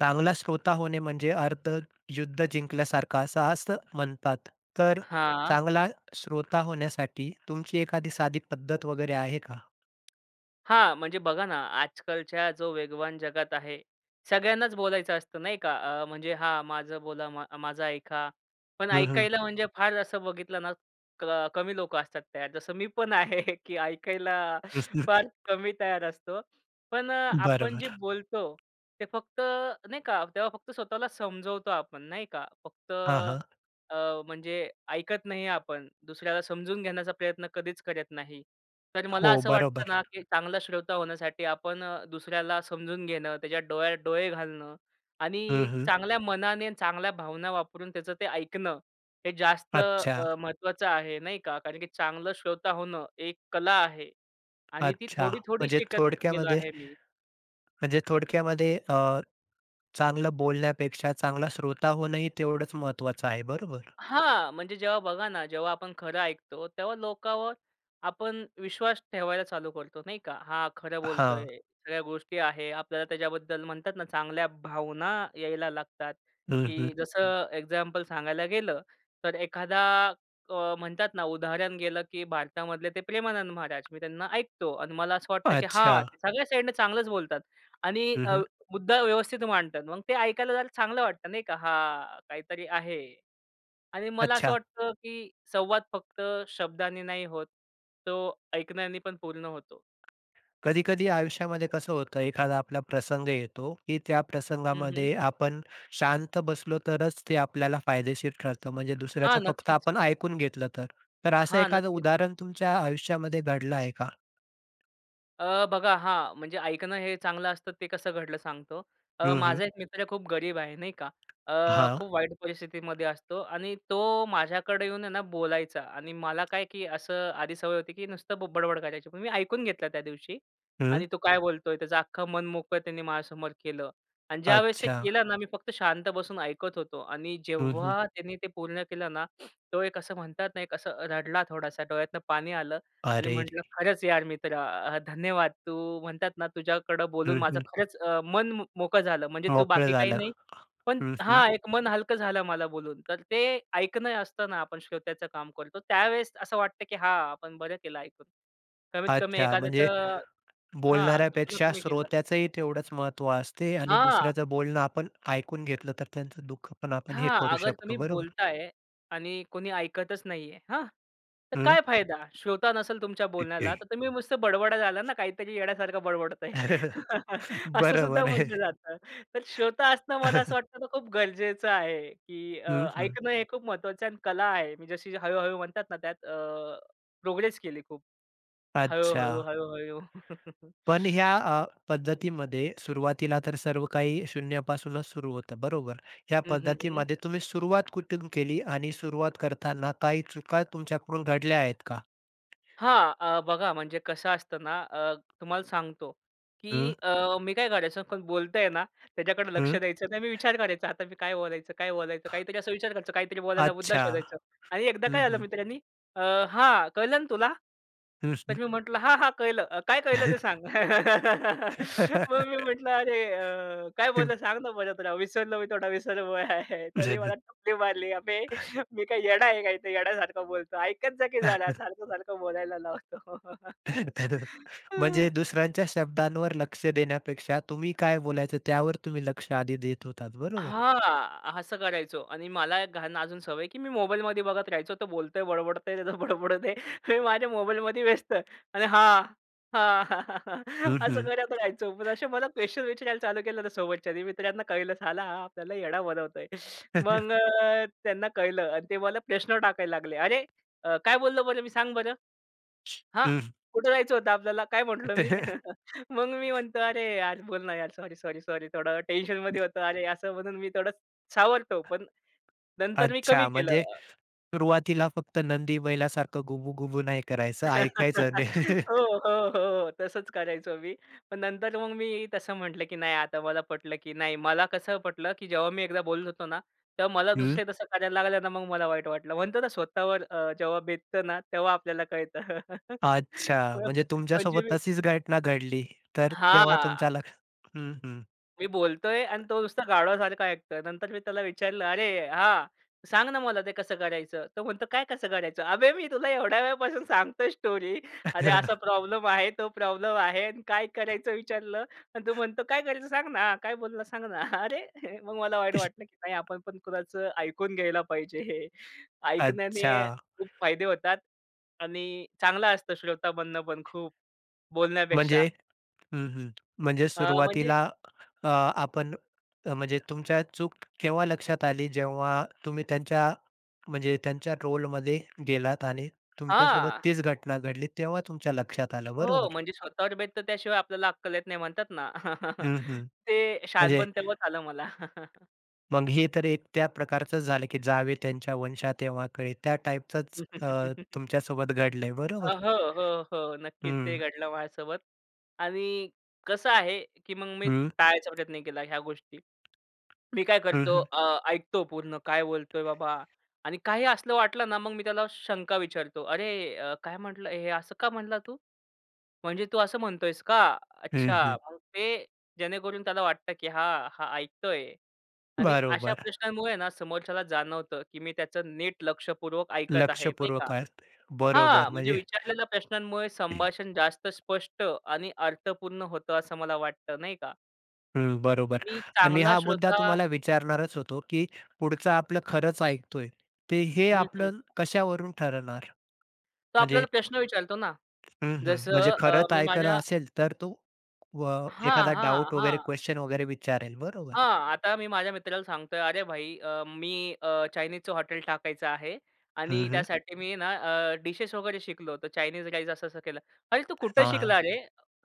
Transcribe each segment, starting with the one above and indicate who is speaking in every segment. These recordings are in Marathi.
Speaker 1: चांगला श्रोता होणे म्हणजे अर्ध युद्ध जिंकल्यासारखा असं असं म्हणतात. तर
Speaker 2: हां.
Speaker 1: चांगला श्रोता होण्यासाठी तुमची एखादी साधी पद्धत वगैरे आहे का?
Speaker 2: हां, म्हणजे बघा ना, आजकालच्या जो वेगवान जगात आहे, सगळ्यांनाच बोलायचं असतं नाही का? म्हणजे हां, माझं बोला, माझं ऐका. पण
Speaker 1: हं, हं.
Speaker 2: ऐकायला म्हणजे फार असं बघितलं ना, कमी लोक असतात तयार. जसं मी पण आहे, की ऐकायला
Speaker 1: हं, हं.
Speaker 2: फार कमी तयार असतो. पण आपण जे
Speaker 1: बरोबर.
Speaker 2: बोलतो, ते फक्त नाही का, तेव्हा फक्त स्वतःला समजवतो आपण नाही का?
Speaker 1: हां, हां.
Speaker 2: अ, म्हणजे ऐकत नाही आपण, दुसऱ्याला समजून घेण्याचा प्रयत्न कधीच करत नाही. तर मला
Speaker 1: हो,
Speaker 2: असं वाटतं
Speaker 1: बरोबर.
Speaker 2: ना, की चांगला श्रोता होण्यासाठी आपण दुसऱ्याला समजून घेणं, त्याच्या डोळ्यात डोळे घालणं
Speaker 1: हं,
Speaker 2: आणि
Speaker 1: हं.
Speaker 2: चांगल्या मनाने आणि चांगल्या भावना वापरून त्याचं ते ऐकणं, हे जास्त
Speaker 1: अच्छा,
Speaker 2: महत्त्वाचं आहे, नाही का? कारण की चांगलं श्रोता होणं एक कला आहे आणि ती
Speaker 1: अच्छा.
Speaker 2: थोडी-थोडी
Speaker 1: म्हणजे
Speaker 2: शिकत गेलो
Speaker 1: थोडक्यामध्ये
Speaker 2: आहे मी.
Speaker 1: म्हणजे थोडक्यामध्ये, चांगलं बोलण्यापेक्षा चांगला श्रोता होणंही तेवढंच महत्त्वाचं आहे, बरोबर?
Speaker 2: हां, म्हणजे जेव्हा बघा ना, जेव्हा आपण खरं ऐकतो, तेव्हा लोकांवर आपण विश्वास ठेवायला चालू करतो, नाही का? हा खरं
Speaker 1: हां.
Speaker 2: बोलतोय, सगळ्या गोष्टी आहे. आपल्याला त्याच्याबद्दल म्हणतात ना, चांगल्या भावना यायला लागतात,
Speaker 1: हं, हं.
Speaker 2: की जसं एक्झाम्पल सांगायला गेलं, तर एखादा म्हणतात ना, उदाहरण गेलं, की भारतामधले ते प्रेमानंद महाराज. मी त्यांना ऐकतो आणि मला असं वाटतं, की
Speaker 1: अच्छा.
Speaker 2: हां, ते सगळ्या साइडने चांगलंच बोलतात आणि
Speaker 1: हं, हं.
Speaker 2: मुद्दा व्यवस्थित मांडतात. मग ते ऐकायला जरा चांगलं वाटतं, नाही का? हां, काहीतरी आहे. आणि मला असं
Speaker 1: अच्छा.
Speaker 2: वाटतं, की संवाद फक्त शब्दांनी नाही होत, तो ऐकण्याने पण पूर्ण होतो.
Speaker 1: कधी-कधी आयुष्यामध्ये कसं होतं, एखादा आपला प्रसंग येतो, की त्या
Speaker 2: हं, हं.
Speaker 1: प्रसंगामध्ये आपण शांत बसलो तरच ते आपल्याला फायदेशीर ठरतं. म्हणजे
Speaker 2: हां,
Speaker 1: दुसऱ्याचं फक्त
Speaker 2: नक्कीच.
Speaker 1: आपण ऐकून घेतलं तर. तर असं
Speaker 2: हां,
Speaker 1: एखादं
Speaker 2: नक्कीच.
Speaker 1: उदाहरण तुमच्या आयुष्यामध्ये घडलं आहे का?
Speaker 2: बघा हां, म्हणजे ऐकणं हे चांगलं असतं ते कसं घडलं सांगतो.
Speaker 1: हं, हं.
Speaker 2: माझा एक मित्र खूप गरीब आहे नाही का.
Speaker 1: हां.
Speaker 2: खूप वाईट परिस्थितीमध्ये असतो आणि तो माझ्याकडे येऊन आहे ना बोलायचा आणि मला काय की असं आधी सवय होती की नुसतं बडबड करायची. पण मी ऐकून घेतलं त्या दिवशी
Speaker 1: हं.
Speaker 2: आणि तो काय बोलतोय त्याचं अख्खं मन मोकळं त्यांनी माझ्यासमोर केलं आणि ज्यावेळेस ते
Speaker 1: अच्छा.
Speaker 2: केलं ना, मी फक्त शांत बसून ऐकत होतो आणि
Speaker 1: हं, हं.
Speaker 2: जेव्हा त्यांनी ते पूर्ण केलं ना, तो एक असं म्हणतात ना, एक असं रडला थोडासा, डोळ्यातनं पाणी आलं आणि
Speaker 1: अरे!
Speaker 2: म्हटलं, "खरंच यार मित्रा धन्यवाद. तू म्हणतात ना, तुझ्याकडं बोलून
Speaker 1: हं,
Speaker 2: माझं
Speaker 1: हं.
Speaker 2: खरंच मन मोकळं झालं. म्हणजे तू
Speaker 1: मोकळं
Speaker 2: बाकी काही
Speaker 1: झालं.
Speaker 2: नाही, पण
Speaker 1: हं, हं.
Speaker 2: हां, एक मन हलकं झालं मला बोलून." तर ते ऐकणं असतं ना, आपण श्रोत्याचं काम करतो. त्यावेळेस असं वाटतं, की हां, आपण बरं केलं ऐकून. कमीत कमी
Speaker 1: अच्छा. म्हणजे
Speaker 2: एखाद्याचं हां, दुखणं
Speaker 1: बोलणाऱ्यापेक्षा
Speaker 2: कमी केलं.
Speaker 1: श्रोत्याचंही तेवढंच महत्त्व असते आणि
Speaker 2: हां.
Speaker 1: दुसऱ्याचं बोलणं आपण ऐकून घेतलं तर त्यांचं दुःख पण आपण हे
Speaker 2: हां,
Speaker 1: करू
Speaker 2: अगर
Speaker 1: शकतो.
Speaker 2: तुम्ही
Speaker 1: बरोबर?
Speaker 2: बोलताय आणि कोणी ऐकतच नाहीये, हां? तर काय फायदा? श्रोता नसेल तुमच्या बोलण्याला,
Speaker 1: हं.
Speaker 2: तर तुम्ही नुसतं बडबडा झाला ना, काहीतरी येड्यासारखं बडबडतंय. असं सुद्धा
Speaker 1: बरोबर आहे.
Speaker 2: म्हटलं जातं. तर श्रोता असणं मला असं वाटतं ना, खूप गरजेचं आहे, की
Speaker 1: हं, हं.
Speaker 2: ऐकणं हे खूप महत्त्वाचं आणि कला आहे. मी जशी हळू-हळू म्हणतात ना, त्यात प्रोग्रेस केली खूप.
Speaker 1: अच्छा.
Speaker 2: हळू-हळू, हळू-हळू.
Speaker 1: पण ह्या पद्धतीमध्ये सुरुवातीला तर सर्व काही शून्यापासूनच सुरू होतं, बरोबर. ह्या
Speaker 2: हं,
Speaker 1: पद्धतीमध्ये तुम्ही सुरुवात कुठून केली आणि सुरुवात करताना काही चुका तुमच्याकडून घडल्या आहेत का?
Speaker 2: हां, बघा म्हणजे कसं असतं ना, तुम्हाला सांगतो,
Speaker 1: हं,
Speaker 2: की मी काय करायचो कोण बोलतंय ना, त्याच्याकडे लक्ष
Speaker 1: हं.
Speaker 2: द्यायचं नाही. मी विचार करायचा, आता मी काय बोलायचं, काय बोलायचं? काहीतरी असा विचार करायचा, काहीतरी बोलायला मुद्दा
Speaker 1: अच्छा.
Speaker 2: शोधायचा. आणि एकदा
Speaker 1: हं,
Speaker 2: काय झालं
Speaker 1: हं.
Speaker 2: मित्रांनी, अ, "हां, कळलं ना तुला?"
Speaker 1: हं, हं.
Speaker 2: तर मी म्हटलं, "हां, हां, कळलं." काय कळलं ते सांग?" मग मी म्हटलं, "अरे काय बोललं सांग ना परत राव, विसरलो मी थोडा विसरलो आहे." तरी मला टपली मारली, "अबे!" मी काय येडा आहे का इथे येड्यासारखं बोलतो. ऐकत जा की जरा सारखं-सारखं बोलायला लावतो.
Speaker 1: म्हणजे दुसऱ्यांच्या शब्दांवर लक्ष देण्यापेक्षा तुम्ही काय बोलायचं त्यावर तुम्ही लक्ष आधी देत होतात, बरोबर.
Speaker 2: हां, असं करायचो आणि मला घाण अजून सवय की मी मोबाईलमध्ये बघत राहायचो. तो बोलतोय, बडबडतोय, त्याचं बडबडू दे. मी माझ्या मोबाईलमध्ये व्यस्त आणि हां, हां,
Speaker 1: हं,
Speaker 2: असं
Speaker 1: हं.
Speaker 2: करत राहायचो. पण असे मला क्वेश्चन विचारायला चालू केलं ना सोबतच्यानी मित्रांना कळलं साला हा आपल्याला येडा बनवतोय. मग त्यांना कळलं आणि ते मला प्रश्न टाकायला लागले. "अरे, काय बोललो बरं मी सांग बरं?" हां, कुठे जायचं होतं आपल्याला? काय म्हटलो मी? मग मी म्हणतो, "अरे यार, बोल ना यार, सॉरी, सॉरी, सॉरी." थोडं टेन्शनमध्ये होतो. अरे, असं म्हणून मी थोडं सावरतो, पण नंतर मी कमी
Speaker 1: अच्छा,
Speaker 2: केलं.
Speaker 1: म्हणजे सुरुवातीला फक्त नंदी बैलासारखं गुबू-गुबू नाही करायचं, ऐकायचं आणि
Speaker 2: हो, हो, हो. तसंच करायचो मी. पण नंतर मग मी तसं म्हटलं, की नाही आता मला पटलं, की नाही मला कसं पटलं, की जेव्हा मी एकदा बोलत होतो ना, तेव्हा मला
Speaker 1: हं.
Speaker 2: दुसरे तसं करायला लागलं ना, मग मला वाईट वाटलं. म्हणतो ना स्वतःवर जेव्हा बेततं ना, तेव्हा आपल्याला कळतं.
Speaker 1: अच्छा, म्हणजे
Speaker 2: म्हणजे
Speaker 1: तुमच्यासोबत
Speaker 2: मी
Speaker 1: तशीच घटना घडली, तर तेव्हा
Speaker 2: हां.
Speaker 1: तुमच्या लक्ष हं, हं.
Speaker 2: मी बोलतोय आणि तो नुसता गाढवासारखा ऐकतोय. नंतर मी त्याला विचारलं, "अरे हां, सांग ना मला ते कसं करायचं?" तो म्हणतो, "काय कसं करायचं?" "अबे, मी तुला एवढ्या वेळापासून सांगतोय स्टोरी. अरे असा प्रॉब्लेम आहे, तो प्रॉब्लेम आहे आणि काय करायचं विचारलं आणि तू म्हणतो, "काय करायचं सांग ना, काय बोलला सांग ना." अरे, मग मला वाईट वाटलं, की नाही आपण पण कुणाचं ऐकून घ्यायला पाहिजे हे.
Speaker 1: अच्छा,
Speaker 2: ऐकण्याने खूप फायदे होतात आणि चांगलं असतं श्रोता बनणं पण खूप बोलण्यापेक्षा.
Speaker 1: म्हणजे हं, हं. म्हणजे
Speaker 2: म्हणजे
Speaker 1: सुरुवातीला आपण म्हणजे तुमच्या चूक केव्हा लक्षात आली, जेव्हा तुम्ही त्यांच्या म्हणजे त्यांच्या रोलमध्ये गेलात आणि तुमच्यासोबत
Speaker 2: हां.
Speaker 1: तीच घटना घडली, तेव्हा तुमच्या लक्षात आलं, बरोबर?
Speaker 2: हो, म्हणजे स्वतःवर बेत तर त्याशिवाय आपल्याला अक्कल येत नाही म्हणतात ना.
Speaker 1: हं, हं.
Speaker 2: ते
Speaker 1: म्हणजे
Speaker 2: शहाणपण तेव्हाच आलं मला.
Speaker 1: मग हे तर एक त्या प्रकारचंच झालं, की जावे त्यांच्या वंशात तेव्हा कळे. त्या टाईपचंच तुमच्यासोबत घडलंय बरोबर?
Speaker 2: हो, हो, हो. नक्कीच ते
Speaker 1: हं,
Speaker 2: घडलं माझ्यासोबत आणि कसं आहे, की मग मी
Speaker 1: हं,
Speaker 2: टाळायचा प्रयत्न केला ह्या गोष्टी. मी काय
Speaker 1: हं,
Speaker 2: करतो
Speaker 1: हं,
Speaker 2: ऐकतो पूर्ण काय बोलतोय बाबा आणि काही असलं वाटलं ना, मग मी त्याला शंका विचारतो. "अरे, काय म्हटलं? हे असं का म्हटला तू?" म्हणजे तू असं म्हणतोयस का?
Speaker 1: हं,
Speaker 2: अच्छा.
Speaker 1: हं.
Speaker 2: मग ते जेणेकरून त्याला वाटतं, की हां, हा ऐकतोय आणि अशा
Speaker 1: बरोबर.
Speaker 2: प्रश्नांमुळे ना समोरच्याला जाणवतं, की मी त्याचं नीट लक्षपूर्वक ऐकत आहे, नाही का?
Speaker 1: लक्षपूर्वक असते. बरोबर
Speaker 2: हां, म्हणजे
Speaker 1: म्हणजे
Speaker 2: विचारलेल्या प्रश्नांमुळे संभाषण जास्त स्पष्ट आणि अर्थपूर्ण होतं असं मला वाटतं, नाही का?
Speaker 1: हं, बरोबर
Speaker 2: आणि
Speaker 1: आणि
Speaker 2: चांगला
Speaker 1: हा मुद्दा
Speaker 2: श्रोता
Speaker 1: तुम्हाला विचारणारच होतो, की पुढचं आपलं खरंच ऐकतोय, ते हे
Speaker 2: हं, हं.
Speaker 1: आपलं कशावरून ठरवणार?
Speaker 2: तो
Speaker 1: म्हणजे
Speaker 2: आपल्याला प्रश्न विचारतो ना.
Speaker 1: हं, हं. म्हणजे
Speaker 2: जसं
Speaker 1: खरंच
Speaker 2: मी
Speaker 1: ऐकलं
Speaker 2: माझ्या
Speaker 1: असेल तर तो व
Speaker 2: हां,
Speaker 1: एखादा
Speaker 2: हां,
Speaker 1: डाउट वगैरे
Speaker 2: हां.
Speaker 1: क्वेशन वगैरे विचारेल बरोबर.
Speaker 2: हां, आता मी माझ्या मित्राला सांगतोय, "अरे भाई मी चायनीजचं हॉटेल टाकायचं आहे
Speaker 1: हं,
Speaker 2: आणि
Speaker 1: हं.
Speaker 2: त्यासाठी मी ना डिशेस वगैरे शिकलो. तर चायनीज राईस असं-असं केलं." "अरे तू कुठं शिकला रे?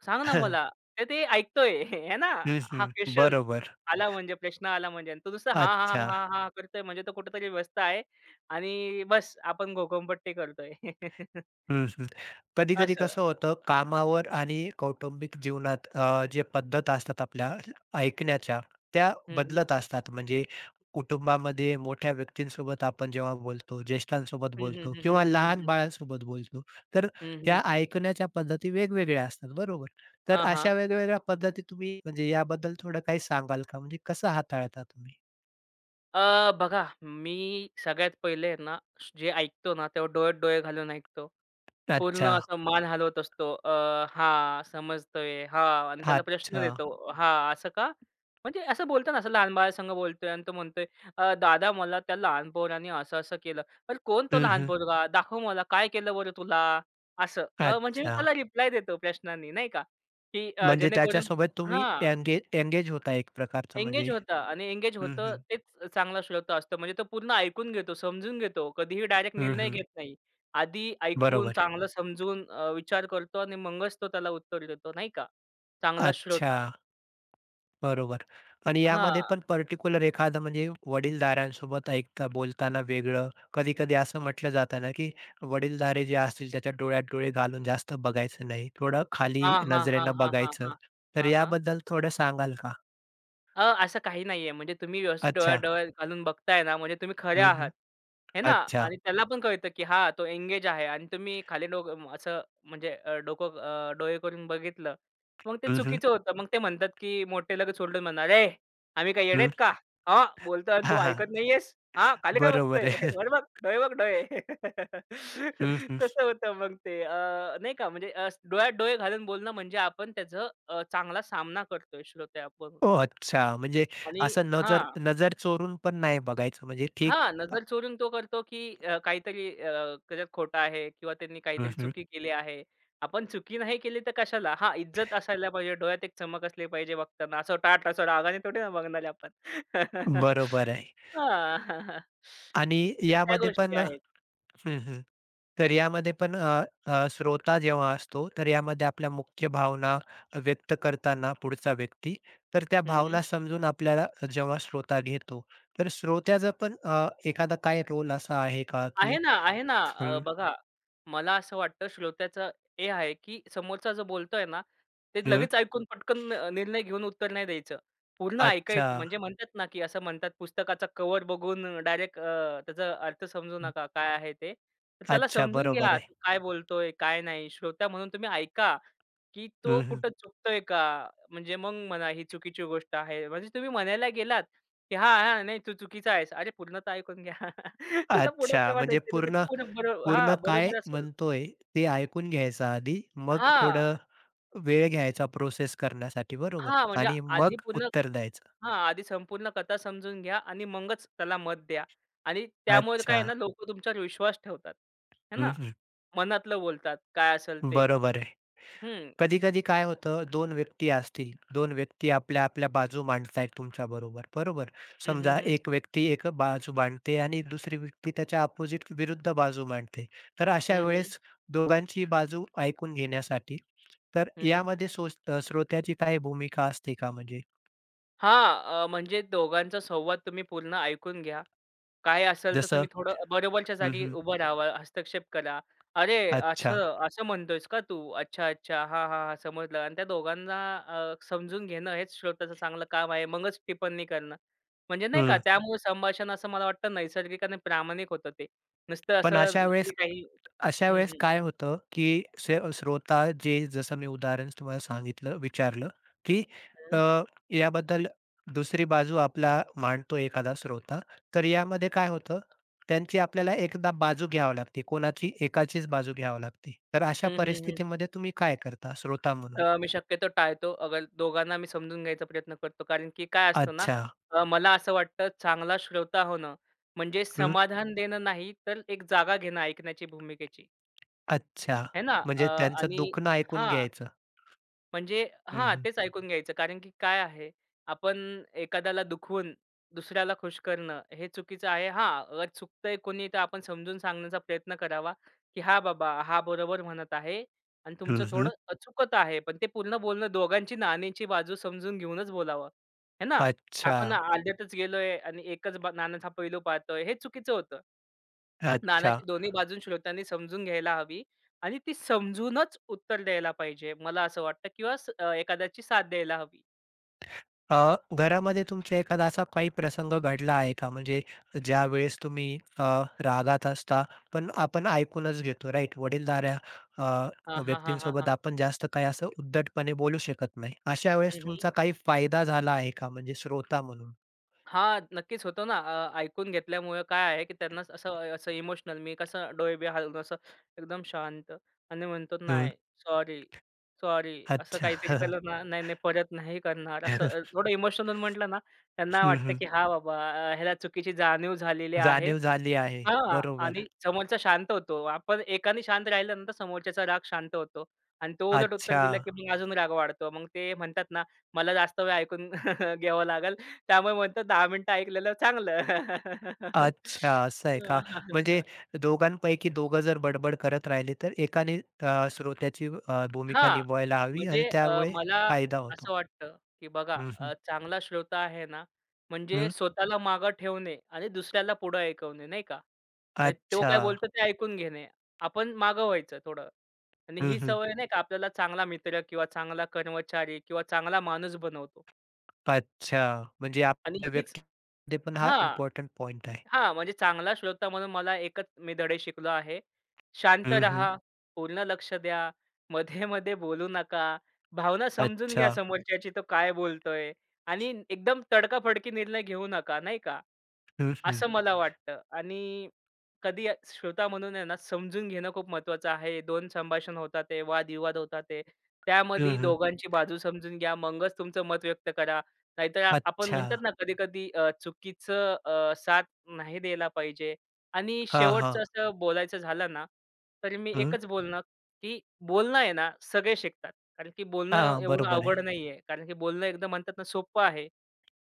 Speaker 2: सांग ना
Speaker 1: हां.
Speaker 2: मला." तर ते ऐकतोय आहे ना?
Speaker 1: हं, हं.
Speaker 2: हा क्वेशन
Speaker 1: बरोबर.
Speaker 2: आला म्हणजे प्रश्न आला म्हणजे आणि तो नुसता हां, हां,
Speaker 1: अच्छा.
Speaker 2: हां, हां, हां करतोय म्हणजे तो कुठेतरी व्यस्त आहे आणि बस आपण घोकंपट्टी करतोय.
Speaker 1: हं, हं. कधी-कधी
Speaker 2: असं.
Speaker 1: कसं होतं कामावर आणि कौटुंबिक जीवनात जे पद्धत असतात आपल्या ऐकण्याच्या, त्या
Speaker 2: हं, हं.
Speaker 1: बदलत असतात. म्हणजे कुटुंबामध्ये मोठ्या व्यक्तींसोबत आपण जेव्हा बोलतो, ज्येष्ठांसोबत
Speaker 2: हं, हं,
Speaker 1: बोलतो
Speaker 2: हं,
Speaker 1: किंवा
Speaker 2: हं, हं, हं,
Speaker 1: लहान
Speaker 2: हं.
Speaker 1: बाळांसोबत बोलतो, तर
Speaker 2: हं, हं.
Speaker 1: त्या ऐकण्याच्या पद्धती वेगवेगळ्या असतात, बरोबर? तर अशा वेगवेगळ्या पद्धती तुम्ही म्हणजे याबद्दल थोडं काही सांगाल का? म्हणजे कसं हाताळता तुम्ही?
Speaker 2: अ, बघा, मी सगळ्यात पहिले आहे ना, जे ऐकतो ना, तेव्हा डोळ्यात डोळे घालून ऐकतो. पूर्ण
Speaker 1: अच्छा.
Speaker 2: असं मान हलवत असतो. हां, समजतोय. हां आणि त्याला प्रश्न
Speaker 1: अच्छा.
Speaker 2: देतो. हां, असं का? म्हणजे असं बोलतो ना, असं लहान बाळासंग बोलतोय आणि तो म्हणतोय, दादा मला त्या लहान पोराने असं-असं केलं." "अरे कोण तो
Speaker 1: हं,
Speaker 2: लहान
Speaker 1: हं.
Speaker 2: पोरगा? दाखव मला काय केलं बरं तुला?" असं. म्हणजे मी
Speaker 1: अच्छा.
Speaker 2: त्याला रिप्लाय देतो प्रश्नांनी नाही का, की
Speaker 1: म्हणजे
Speaker 2: जेणेकरून
Speaker 1: त्याच्यासोबत तुम्ही
Speaker 2: हां.
Speaker 1: एंगेज होता एक प्रकारचं
Speaker 2: एंगेज
Speaker 1: म्हणजे.
Speaker 2: होता आणि एंगेज
Speaker 1: हं,
Speaker 2: होतं
Speaker 1: हं.
Speaker 2: तेच चांगला श्रोता असतो. म्हणजे तो पूर्ण ऐकून घेतो, समजून घेतो. कधीही डायरेक्ट
Speaker 1: हं,
Speaker 2: निर्णय
Speaker 1: हं.
Speaker 2: घेत नाही. आधी ऐकून,
Speaker 1: बरोबर आहे.
Speaker 2: चांगलं समजून विचार करतो आणि मगच तो त्याला उत्तर देतो, नाही का? चांगला
Speaker 1: अच्छा.
Speaker 2: श्रोता.
Speaker 1: बरोबर आणि
Speaker 2: हां.
Speaker 1: यामध्ये पण पर्टिक्युलर एखादं म्हणजे वडीलधाऱ्यांसोबत ऐकता बोलताना वेगळं, कधी-कधी असं म्हटलं जातं ना, की वडीलधारे जे असतील त्याच्या डोळ्यात डोळे घालून जास्त बघायचं नाही. थोडं खाली
Speaker 2: हां, हां, हां,
Speaker 1: नजरेनं
Speaker 2: हां, हां,
Speaker 1: बघायचं.
Speaker 2: हां.
Speaker 1: तर
Speaker 2: हां, हां.
Speaker 1: याबद्दल थोडं सांगाल का?
Speaker 2: असं काही नाहीये. म्हणजे तुम्ही व्यवस्थित डोळ्या
Speaker 1: अच्छा.
Speaker 2: डोळ्यात घालून बघताय ना, म्हणजे तुम्ही खरे
Speaker 1: हं, हं.
Speaker 2: आहात. हे ना?
Speaker 1: अच्छा.
Speaker 2: आणि त्याला पण कळतं, की हां, तो एंगेज आहे आणि तुम्ही खाली डोकं असं म्हणजे डोकं डोळे करून बघितलं, मग ते
Speaker 1: हं, हं.
Speaker 2: चुकीचं होतं. मग ते म्हणतात, की मोठे लगेच ओरडून म्हणणार, "ए, आम्ही काय येडे
Speaker 1: हं.
Speaker 2: आहेत का? हां, बोलतोय आणि तू
Speaker 1: हां, हां.
Speaker 2: ऐकत नाहीयेस? हां, खाली काय बघतोय?
Speaker 1: बरोबर आहे.
Speaker 2: वर बघ, डोळे बघ डोळे."
Speaker 1: हं, हं.
Speaker 2: तसं होतं मग ते. नाही का? म्हणजे डोळ्यात डोळे घालून बोलणं म्हणजे आपण त्याचा चांगला सामना करतोय श्रोते आपण.
Speaker 1: ओह! अच्छा. म्हणजे
Speaker 2: आणि
Speaker 1: असं नजर
Speaker 2: हां,
Speaker 1: नजर चोरून पण नाही बघायचं म्हणजे ठीक
Speaker 2: हां.
Speaker 1: अ,
Speaker 2: नजर चोरून तो करतो, की काहीतरी त्याच्यात खोटा आहे किंवा त्यांनी
Speaker 1: हं,
Speaker 2: काहीतरी
Speaker 1: हं.
Speaker 2: चुकी केली आहे. आपण चुकी नाही केली तर कशाला? हां, इज्जत असायला पाहिजे, डोळ्यात एक चमक असली पाहिजे बघताना. असं टाट असं रागाने थोडी ना बघणार आहे आपण.
Speaker 1: बरोबर आहे.
Speaker 2: हां.
Speaker 1: आणि
Speaker 2: तर त्या
Speaker 1: यामध्ये
Speaker 2: गोष्टी
Speaker 1: पण
Speaker 2: आहेत.
Speaker 1: हं, हं. तर यामध्ये पण श्रोता जेव्हा असतो, तर यामध्ये आपल्या मुख्य भावना व्यक्त करताना पुढचा व्यक्ती, तर त्या
Speaker 2: हं, हं.
Speaker 1: भावना समजून आपल्याला जेव्हा श्रोता घेतो, तर श्रोत्याचा पण एखादा काय रोल असा आहे का,
Speaker 2: आहे
Speaker 1: की
Speaker 2: ना, आहे ना.
Speaker 1: हं,
Speaker 2: बघा, मला असं वाटतं श्रोत्याचं हे आहे, की समोरचा जो बोलतोय ना, ते
Speaker 1: हं.
Speaker 2: लगेच ऐकून पटकन निर्णय घेऊन उत्तर नाही द्यायचं. पूर्ण
Speaker 1: अच्छा.
Speaker 2: ऐकायचं. म्हणजे म्हणतात ना, की असं म्हणतात पुस्तकाचा कव्हर बघून डायरेक्ट त्याचा अर्थ समजू नका काय आहे ते. तर त्याला
Speaker 1: अच्छा.
Speaker 2: समजून
Speaker 1: बरोबर
Speaker 2: घ्या,
Speaker 1: आहे.
Speaker 2: तो काय बोलतोय, काय नाही. श्रोता म्हणून तुम्ही ऐका. की तो
Speaker 1: हं, हं.
Speaker 2: कुठं चुकतोय का? म्हणजे मग म्हणा ही चुकीची गोष्ट आहे. म्हणजे तुम्ही म्हणायला गेलात, की हा हां, नाही तू चुकीचा आहेस." अरे पूर्ण तर ऐकून घ्या. त्याला पुढं काय
Speaker 1: अच्छा. म्हणजे
Speaker 2: म्हणायचंय त्याचं तर
Speaker 1: पूर्ण
Speaker 2: तो पूर्ण
Speaker 1: पूर्ण
Speaker 2: हां,
Speaker 1: काय
Speaker 2: बरोबर असेल.
Speaker 1: म्हणतोय ते ऐकून घ्यायचं आधी. मग
Speaker 2: हां,
Speaker 1: थोडं वेळ घ्यायचा प्रोसेस करण्यासाठी बरोबर
Speaker 2: हां, म्हणजे
Speaker 1: आणि
Speaker 2: आधी
Speaker 1: मग
Speaker 2: पूर्ण
Speaker 1: उत्तर द्यायचं.
Speaker 2: हां, आधी संपूर्ण कथा समजून घ्या आणि मगच त्याला मत द्या. आणि त्यामुळे काय आहे
Speaker 1: अच्छा.
Speaker 2: ना लोकं तुमच्यावर विश्वास ठेवतात. है
Speaker 1: हं,
Speaker 2: ना?
Speaker 1: हं.
Speaker 2: मनातलं बोलतात काय असेल ते.
Speaker 1: बरोबर आहे.
Speaker 2: हं.
Speaker 1: कधी-कधी काय होतं दोन व्यक्ती असतील. दोन व्यक्ती आपल्या, आपल्या बाजू मांडतायत तुमच्याबरोबर. बरोबर. बरोबर.
Speaker 2: हं,
Speaker 1: समजा
Speaker 2: हं, हं.
Speaker 1: एक व्यक्ती एक बाजू मांडते आणि दुसरी व्यक्ती त्याच्या अपोझिट विरुद्ध बाजू मांडते. तर अशा
Speaker 2: हं, हं.
Speaker 1: वेळेस दोघांची बाजू ऐकून घेण्यासाठी तर
Speaker 2: हं,
Speaker 1: यामध्ये सो श्रोत्याची काही भूमिका असते का म्हणजे?
Speaker 2: हां, म्हणजे दोघांचा संवाद तुम्ही पूर्ण ऐकून घ्या. काय असेल तर
Speaker 1: जसं
Speaker 2: तुम्ही थोडं बरोबरच्या
Speaker 1: हं,
Speaker 2: जागी
Speaker 1: हं.
Speaker 2: उभं राहावा, हस्तक्षेप करा. "अरे, असं
Speaker 1: अच्छा.
Speaker 2: असं म्हणतोयस का तू? अच्छा, अच्छा. हां, हां, हां. समजलं." आणि त्या दोघांना समजून घेणं हेच श्रोत्याचं चांगलं काम आहे. मगच टिप्पणी करणं. म्हणजे नाही का
Speaker 1: हं.
Speaker 2: त्यामुळे संभाषण असं मला वाटतं नैसर्गिक आणि प्रामाणिक होतं ते. नुसतं
Speaker 1: पण
Speaker 2: असं नकली काही
Speaker 1: अशा
Speaker 2: हं,
Speaker 1: वेळेस
Speaker 2: हं.
Speaker 1: काय होतं, की से श्रोता जे जसं मी उदाहरण तुम्हाला सांगितलं विचारलं, की अ,
Speaker 2: हं.
Speaker 1: याबद्दल दुसरी बाजू आपला मांडतो एखादा श्रोता, तर यामध्ये काय होतं, त्यांची आपल्याला एकदा बाजू घ्यावी लागते. कोणाची एकाचीच बाजू घ्यावी लागते. तर अशा
Speaker 2: हं, हं,
Speaker 1: परिस्थितीमध्ये तुम्ही काय करता श्रोता म्हणून?
Speaker 2: मी शक्यतो टाळतो. अगर दोघांना मी समजून घ्यायचा प्रयत्न करतो. कारण की काय असतं ना,
Speaker 1: अच्छा.
Speaker 2: मला असं वाटतं चांगला श्रोता होणं म्हणजे
Speaker 1: हं.
Speaker 2: समाधान देणं नाही, तर एक जागा घेणं ऐकण्याची भूमिकेची.
Speaker 1: अच्छा.
Speaker 2: है ना?
Speaker 1: म्हणजे त्यांचं
Speaker 2: आणि
Speaker 1: दुखणं ऐकून
Speaker 2: हां.
Speaker 1: घ्यायचं.
Speaker 2: म्हणजे
Speaker 1: हं,
Speaker 2: हां,
Speaker 1: हं.
Speaker 2: तेच ऐकून घ्यायचं. कारण की काय आहे, आपण एखाद्याला दुखवून दुसऱ्याला खुश करणं हे चुकीचं आहे. हां, अगर चुकतंय कोणी तर आपण समजून सांगण्याचा प्रयत्न करावा, की हा बाबा हा बरोबर म्हणत आहे आणि
Speaker 1: हं,
Speaker 2: तुमचं
Speaker 1: हं.
Speaker 2: थोडं चुकत आहे." पण ते पूर्ण बोलणं दोघांची नाण्याची बाजू समजून घेऊनच बोलावं. है ना?
Speaker 1: अच्छा.
Speaker 2: आपण अर्ध्यातच गेलोय आणि एकच नाण्याचा पैलू पाहतोय, हे चुकीचं होतं.
Speaker 1: अच्छा.
Speaker 2: नाण्याची दोन्ही बाजू श्रोत्यांनी समजून घ्यायला हवी आणि ती समजूनच उत्तर द्यायला पाहिजे, मला असं वाटतं किंवा एखाद्याची साथ द्यायला हवी.
Speaker 1: अ, घरामध्ये तुमच्या एखादा असा काही प्रसंग घडला आहे का? म्हणजे ज्यावेळेस तुम्ही रागात असता, पण आपण ऐकूनच घेतो, राइट? वडीलधाऱ्या
Speaker 2: हां, हां, हां, हां, हां.
Speaker 1: व्यक्तींसोबत आपण जास्त काही असं उद्धटपणे बोलू शकत नाही. अशा वेळेस
Speaker 2: हं, हं.
Speaker 1: तुमचा काही फायदा झाला आहे का? म्हणजे श्रोता म्हणून?
Speaker 2: हां, नक्कीच होतो ना. ऐकून घेतल्यामुळे काय आहे, की त्यांना असं असं इमोशनल मी कसं डोळे-बिळे हलवून असं एकदम शांत आणि म्हणतो,
Speaker 1: हं.
Speaker 2: "नाही, सॉरी, सॉरी." असं
Speaker 1: अच्छा.
Speaker 2: काहीतरी केलं ना, "नाही, नाही, परत नाही करणार." असं थोडं इमोशनल म्हटलं ना, त्यांना
Speaker 1: हं,
Speaker 2: वाटतं,
Speaker 1: हं.
Speaker 2: की "हां, बाबा ह्याला चुकीची जाणीव झालेली आहे
Speaker 1: जाणीव झाली आहे.
Speaker 2: हां.
Speaker 1: बरोबर.
Speaker 2: आणि समोरचा शांत होतो. आपण एकाने शांत राहिल्यानंतर समोरच्याचा राग शांत होतो. आणि तो उलट उत्तर
Speaker 1: अच्छा.
Speaker 2: दिलं, की मग अजून राग वाढतो. मग ते म्हणतात ना, मला जास्त वेळ ऐकून घ्यावं लागेल. त्यामुळे म्हणतात 10 मिनिटं ऐकलेलं चांगलं.
Speaker 1: अच्छा, असं आहे का? म्हणजे दोघांपैकी दोघं जर बडबड करत राहिले, तर एकाने श्रोत्याची भूमिका
Speaker 2: हां,
Speaker 1: निभवायला हवी आणि
Speaker 2: म्हणजे
Speaker 1: त्यामुळे
Speaker 2: मला
Speaker 1: फायदा
Speaker 2: असं
Speaker 1: होतो.
Speaker 2: वाटतं, की बघा
Speaker 1: हं, हं,
Speaker 2: चांगला श्रोता आहे ना, म्हणजे
Speaker 1: हं.
Speaker 2: स्वतःला मागं ठेवणे आणि दुसऱ्याला पुढं ऐकवणे, नाही का? म्हणजे तो
Speaker 1: अच्छा.
Speaker 2: काय बोलतो ते ऐकून घेणे. आपण मागं व्हायचं थोडं आणि
Speaker 1: हं,
Speaker 2: ही
Speaker 1: हं.
Speaker 2: सवय नाही का आपल्याला चांगला मित्र किंवा चांगला कर्मचारी किंवा चांगला माणूस बनवतो
Speaker 1: अच्छा. म्हणजे
Speaker 2: आणि
Speaker 1: आपल्या
Speaker 2: हीच
Speaker 1: व्यक्तीमध्ये पण हा
Speaker 2: हां.
Speaker 1: इम्पोर्टंट पॉइंट आहे.
Speaker 2: हां, म्हणजे चांगला श्रोता म्हणून मला एकच मी धडे शिकलो आहे. शांत
Speaker 1: हं, हं.
Speaker 2: राहा, हं. पूर्ण लक्ष द्या, मध्ये-मध्ये बोलू नका, भावना समजून
Speaker 1: अच्छा.
Speaker 2: घ्या समोरच्याची तो काय बोलतोय आणि एकदम तडकाफडकी निर्णय घेऊ नका, नाही का?
Speaker 1: हं, हं.
Speaker 2: असं मला बरोबर. वाटतं आणि श्रोता म्हणून आहे ना, समजून घेणं खूप महत्त्वाचं आहे. 2 संभाषण होतात आहे, वाद होतात आहे. त्यामध्ये
Speaker 1: हं, हं.
Speaker 2: दोघांची बाजू समजून घ्या, मगच तुमचं मत व्यक्त करा. नाहीतर आपण
Speaker 1: अच्छा.
Speaker 2: म्हणतात ना, कधी-कधी चुकीचं साथ नाही द्यायला पाहिजे आणि
Speaker 1: हां, हां.
Speaker 2: शेवटचं असं बोलायचं झालं ना, तर मी
Speaker 1: हं.
Speaker 2: एकच बोलणं, की बोलणं आहे ना सगळे शिकतात. कारण की बोलणं
Speaker 1: हां,
Speaker 2: एवढं
Speaker 1: बरोबर आहे.
Speaker 2: अवघड नाहीये. कारण की बोलणं एकदम म्हणतात ना सोपं आहे.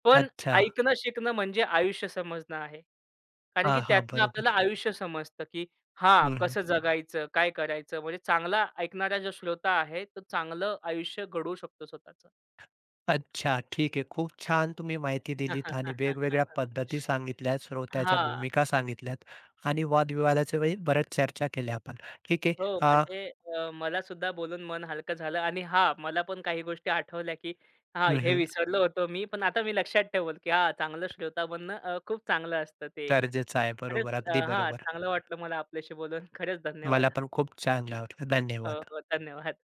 Speaker 2: पण
Speaker 1: अच्छा.
Speaker 2: ऐकणं शिकणं म्हणजे आयुष्य समजणं आहे. कारण
Speaker 1: हां,
Speaker 2: की
Speaker 1: हां.
Speaker 2: त्यातनं आपल्याला
Speaker 1: बरोबर.
Speaker 2: आयुष्य समजतं, की हां,
Speaker 1: हं, हं.
Speaker 2: कसं जगायचं, काय करायचं. म्हणजे चांगला ऐकणारा जो श्रोता आहे, तो चांगलं आयुष्य घडवू शकतो स्वतःचं.
Speaker 1: अच्छा, ठीक आहे. खूप छान तुम्ही माहिती
Speaker 2: हां.
Speaker 1: दिलीत आणि वेगवेगळ्या पद्धती सांगितल्यात, श्रोत्याच्या भूमिका सांगितल्यात आणि वादविवादाच्या वेळी बऱ्याच चर्चा केल्या आपण. ठीक आहे.
Speaker 2: हो,
Speaker 1: अ,
Speaker 2: म्हणजे मला सुद्धा बोलून मन हलकं झालं आणि हां, मला पण काही गोष्टी आठवल्या, की हां,
Speaker 1: हं,
Speaker 2: हे
Speaker 1: हं.
Speaker 2: विसरलो होतो मी. पण आता मी लक्षात ठेवेल, की हां, चांगलं श्रोता बनणं खूप चांगलं असतं ते.
Speaker 1: गरजेचं आहे.
Speaker 2: खरंच
Speaker 1: बरोबर, अगदी
Speaker 2: हां,
Speaker 1: बरोबर.
Speaker 2: चांगलं वाटलं मला आपल्याशी बोलून. खरंच धन्यवाद.
Speaker 1: मला पण खूप छान वाटलं.
Speaker 2: हो,
Speaker 1: धन्यवाद.
Speaker 2: हो, धन्यवाद.